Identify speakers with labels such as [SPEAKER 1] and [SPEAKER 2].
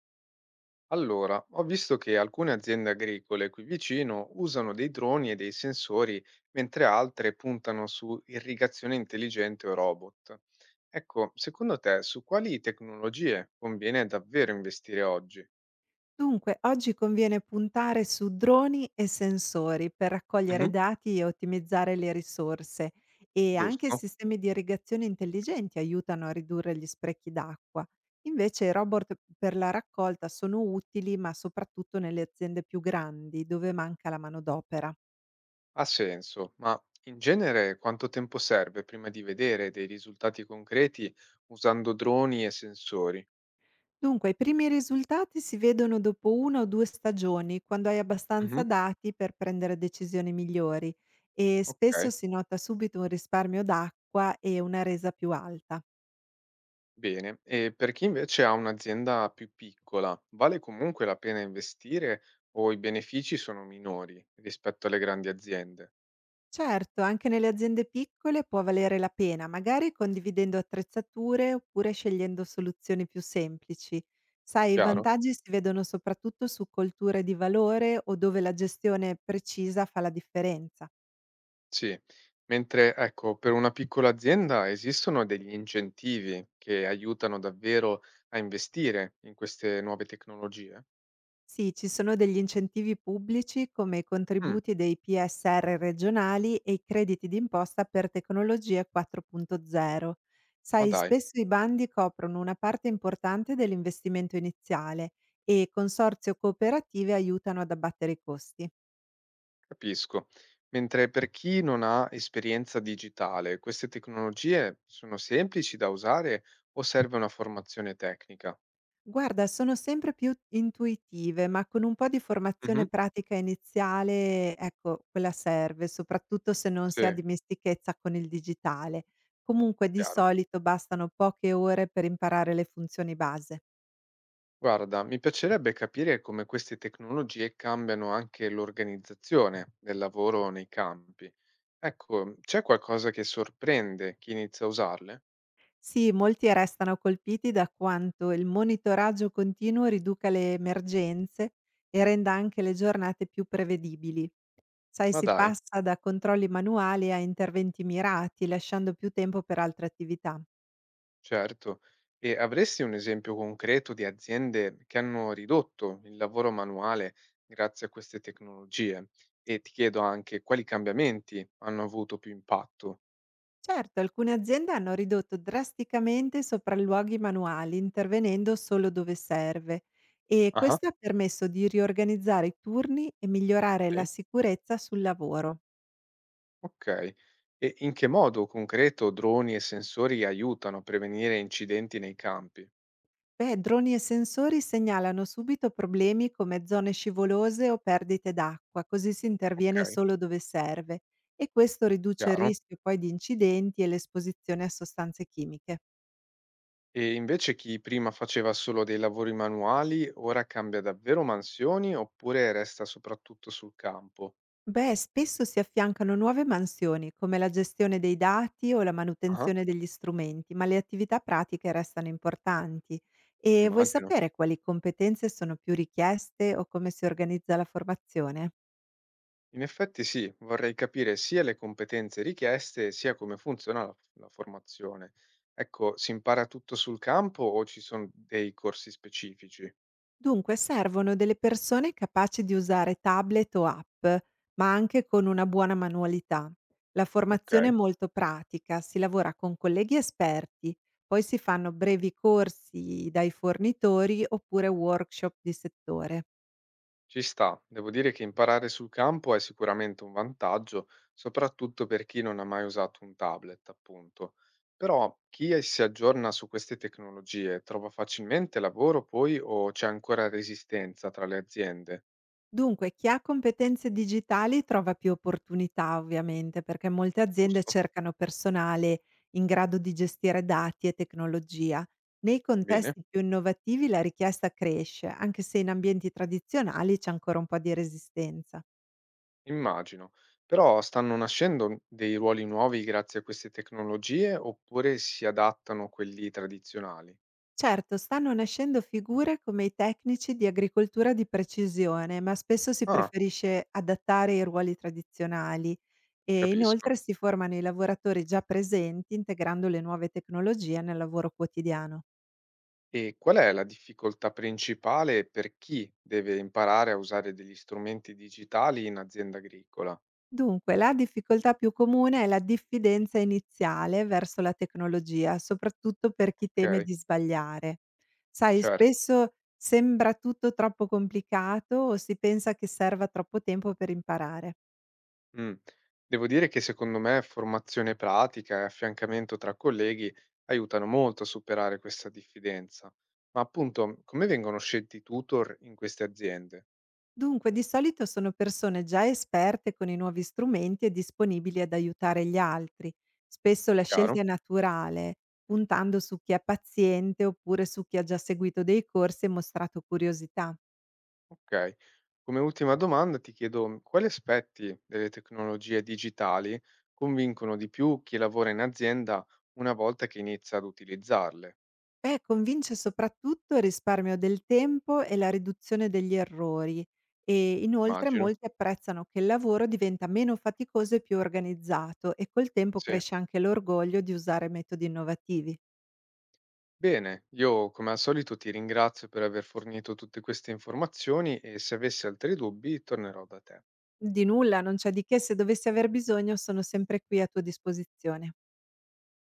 [SPEAKER 1] Allora, ho visto che alcune aziende agricole qui vicino usano dei droni e dei sensori, mentre altre puntano su irrigazione intelligente o robot. Ecco, secondo te, su quali tecnologie conviene davvero investire oggi?
[SPEAKER 2] Dunque, oggi conviene puntare su droni e sensori per raccogliere
[SPEAKER 1] Mhm.
[SPEAKER 2] dati e ottimizzare le risorse e anche
[SPEAKER 1] Giusto?
[SPEAKER 2] sistemi di irrigazione intelligenti aiutano a ridurre gli sprechi d'acqua. Invece i robot per la raccolta sono utili, ma soprattutto nelle aziende più grandi dove manca la manodopera.
[SPEAKER 1] Ha senso, ma in genere quanto tempo serve prima di vedere dei risultati concreti usando droni e sensori?
[SPEAKER 2] Dunque, i primi risultati si vedono dopo 1 o 2 stagioni, quando hai
[SPEAKER 1] Mhm.
[SPEAKER 2] abbastanza dati per prendere decisioni migliori e spesso
[SPEAKER 1] Ok.
[SPEAKER 2] si nota subito un risparmio d'acqua e una resa più alta.
[SPEAKER 1] Bene, e per chi invece ha un'azienda più piccola, vale comunque la pena investire o i benefici sono minori rispetto alle grandi aziende?
[SPEAKER 2] Certo, anche nelle aziende piccole può valere la pena, magari condividendo attrezzature oppure scegliendo soluzioni più semplici. Sai, i
[SPEAKER 1] Chiaro?
[SPEAKER 2] vantaggi si vedono soprattutto su colture di valore o dove la gestione precisa fa la differenza.
[SPEAKER 1] Sì. Mentre, ecco, per una piccola azienda esistono degli incentivi che aiutano davvero a investire in queste nuove tecnologie?
[SPEAKER 2] Sì, ci sono degli incentivi pubblici come i
[SPEAKER 1] Mm,
[SPEAKER 2] contributi dei PSR regionali e i crediti d'imposta per tecnologie 4.0.
[SPEAKER 1] ma
[SPEAKER 2] Sai,
[SPEAKER 1] dai,
[SPEAKER 2] spesso i bandi coprono una parte importante dell'investimento iniziale e consorzi o cooperative aiutano ad abbattere i costi.
[SPEAKER 1] capisco. Mentre per chi non ha esperienza digitale, queste tecnologie sono semplici da usare o serve una formazione tecnica?
[SPEAKER 2] Guarda, sono sempre più intuitive, ma con un po' di formazione
[SPEAKER 1] Mhm.
[SPEAKER 2] pratica iniziale, ecco, quella serve, soprattutto se non
[SPEAKER 1] Sì,
[SPEAKER 2] si ha dimestichezza con il digitale. Comunque, di
[SPEAKER 1] chiaro.
[SPEAKER 2] solito bastano poche ore per imparare le funzioni base.
[SPEAKER 1] Guarda, mi piacerebbe capire come queste tecnologie cambiano anche l'organizzazione del lavoro nei campi. Ecco, c'è qualcosa che sorprende chi inizia a usarle?
[SPEAKER 2] Sì, molti restano colpiti da quanto il monitoraggio continuo riduca le emergenze e renda anche le giornate più prevedibili. Sai,
[SPEAKER 1] Ma
[SPEAKER 2] si
[SPEAKER 1] dai,
[SPEAKER 2] passa da controlli manuali a interventi mirati, lasciando più tempo per altre attività.
[SPEAKER 1] certo. E avresti un esempio concreto di aziende che hanno ridotto il lavoro manuale grazie a queste tecnologie? E ti chiedo anche quali cambiamenti hanno avuto più impatto.
[SPEAKER 2] Certo, alcune aziende hanno ridotto drasticamente i sopralluoghi manuali, intervenendo solo dove serve e
[SPEAKER 1] Ah,
[SPEAKER 2] questo ha permesso di riorganizzare i turni e migliorare la
[SPEAKER 1] sì.
[SPEAKER 2] sicurezza sul lavoro.
[SPEAKER 1] Okay. E in che modo concreto droni e sensori aiutano a prevenire incidenti nei campi?
[SPEAKER 2] Beh, droni e sensori segnalano subito problemi come zone scivolose o perdite d'acqua, così si interviene
[SPEAKER 1] Okay,
[SPEAKER 2] solo dove serve e questo riduce il
[SPEAKER 1] chiaro.
[SPEAKER 2] rischio poi di incidenti e l'esposizione a sostanze chimiche.
[SPEAKER 1] E invece chi prima faceva solo dei lavori manuali, ora cambia davvero mansioni oppure resta soprattutto sul campo?
[SPEAKER 2] Beh, spesso si affiancano nuove mansioni, come la gestione dei dati o la
[SPEAKER 1] Ah-ah,
[SPEAKER 2] manutenzione degli strumenti, ma le attività pratiche restano importanti. E vuoi
[SPEAKER 1] immagino.
[SPEAKER 2] sapere quali competenze sono più richieste o come si organizza la formazione?
[SPEAKER 1] In effetti sì, vorrei capire sia le competenze richieste, sia come funziona la formazione. Ecco, si impara tutto sul campo o ci sono dei corsi specifici?
[SPEAKER 2] Dunque servono delle persone capaci di usare tablet o app, ma anche con una buona manualità. La formazione è
[SPEAKER 1] Okay.
[SPEAKER 2] molto pratica, si lavora con colleghi esperti, poi si fanno brevi corsi dai fornitori oppure workshop di settore.
[SPEAKER 1] Ci sta, devo dire che imparare sul campo è sicuramente un vantaggio, soprattutto per chi non ha mai usato un tablet, appunto. Però chi si aggiorna su queste tecnologie trova facilmente lavoro poi o c'è ancora resistenza tra le aziende?
[SPEAKER 2] Dunque, chi ha competenze digitali trova più opportunità ovviamente, perché molte aziende
[SPEAKER 1] Giusto?
[SPEAKER 2] cercano personale in grado di gestire dati e tecnologia. Nei
[SPEAKER 1] Bene,
[SPEAKER 2] contesti più innovativi la richiesta cresce, anche se in ambienti tradizionali c'è ancora un po' di resistenza.
[SPEAKER 1] immagino. Però stanno nascendo dei ruoli nuovi grazie a queste tecnologie oppure si adattano quelli tradizionali?
[SPEAKER 2] Certo, stanno nascendo figure come i tecnici di agricoltura di precisione, ma spesso si
[SPEAKER 1] Ah,
[SPEAKER 2] preferisce adattare i ruoli tradizionali. E
[SPEAKER 1] capisco.
[SPEAKER 2] inoltre si formano i lavoratori già presenti integrando le nuove tecnologie nel lavoro quotidiano.
[SPEAKER 1] E qual è la difficoltà principale per chi deve imparare a usare degli strumenti digitali in azienda agricola?
[SPEAKER 2] Dunque, la difficoltà più comune è la diffidenza iniziale verso la tecnologia, soprattutto per chi teme
[SPEAKER 1] Okay,
[SPEAKER 2] di sbagliare. Sai,
[SPEAKER 1] certo.
[SPEAKER 2] spesso sembra tutto troppo complicato o si pensa che serva troppo tempo per imparare.
[SPEAKER 1] Mh. Devo dire che secondo me formazione pratica e affiancamento tra colleghi aiutano molto a superare questa diffidenza. Ma appunto, come vengono scelti i tutor in queste aziende?
[SPEAKER 2] Dunque, di solito sono persone già esperte con i nuovi strumenti e disponibili ad aiutare gli altri. Spesso la
[SPEAKER 1] Chiaro?
[SPEAKER 2] scelta è naturale, puntando su chi è paziente oppure su chi ha già seguito dei corsi e mostrato curiosità.
[SPEAKER 1] Okay. Come ultima domanda ti chiedo quali aspetti delle tecnologie digitali convincono di più chi lavora in azienda una volta che inizia ad utilizzarle?
[SPEAKER 2] E convince soprattutto il risparmio del tempo e la riduzione degli errori. E inoltre
[SPEAKER 1] Immagino.
[SPEAKER 2] molti apprezzano che il lavoro diventa meno faticoso e più organizzato e col tempo
[SPEAKER 1] Sì.
[SPEAKER 2] cresce anche l'orgoglio di usare metodi innovativi.
[SPEAKER 1] Bene, io come al solito ti ringrazio per aver fornito tutte queste informazioni e se avessi altri dubbi tornerò da te.
[SPEAKER 2] Di nulla, non c'è di che, se dovessi aver bisogno sono sempre qui a tua disposizione.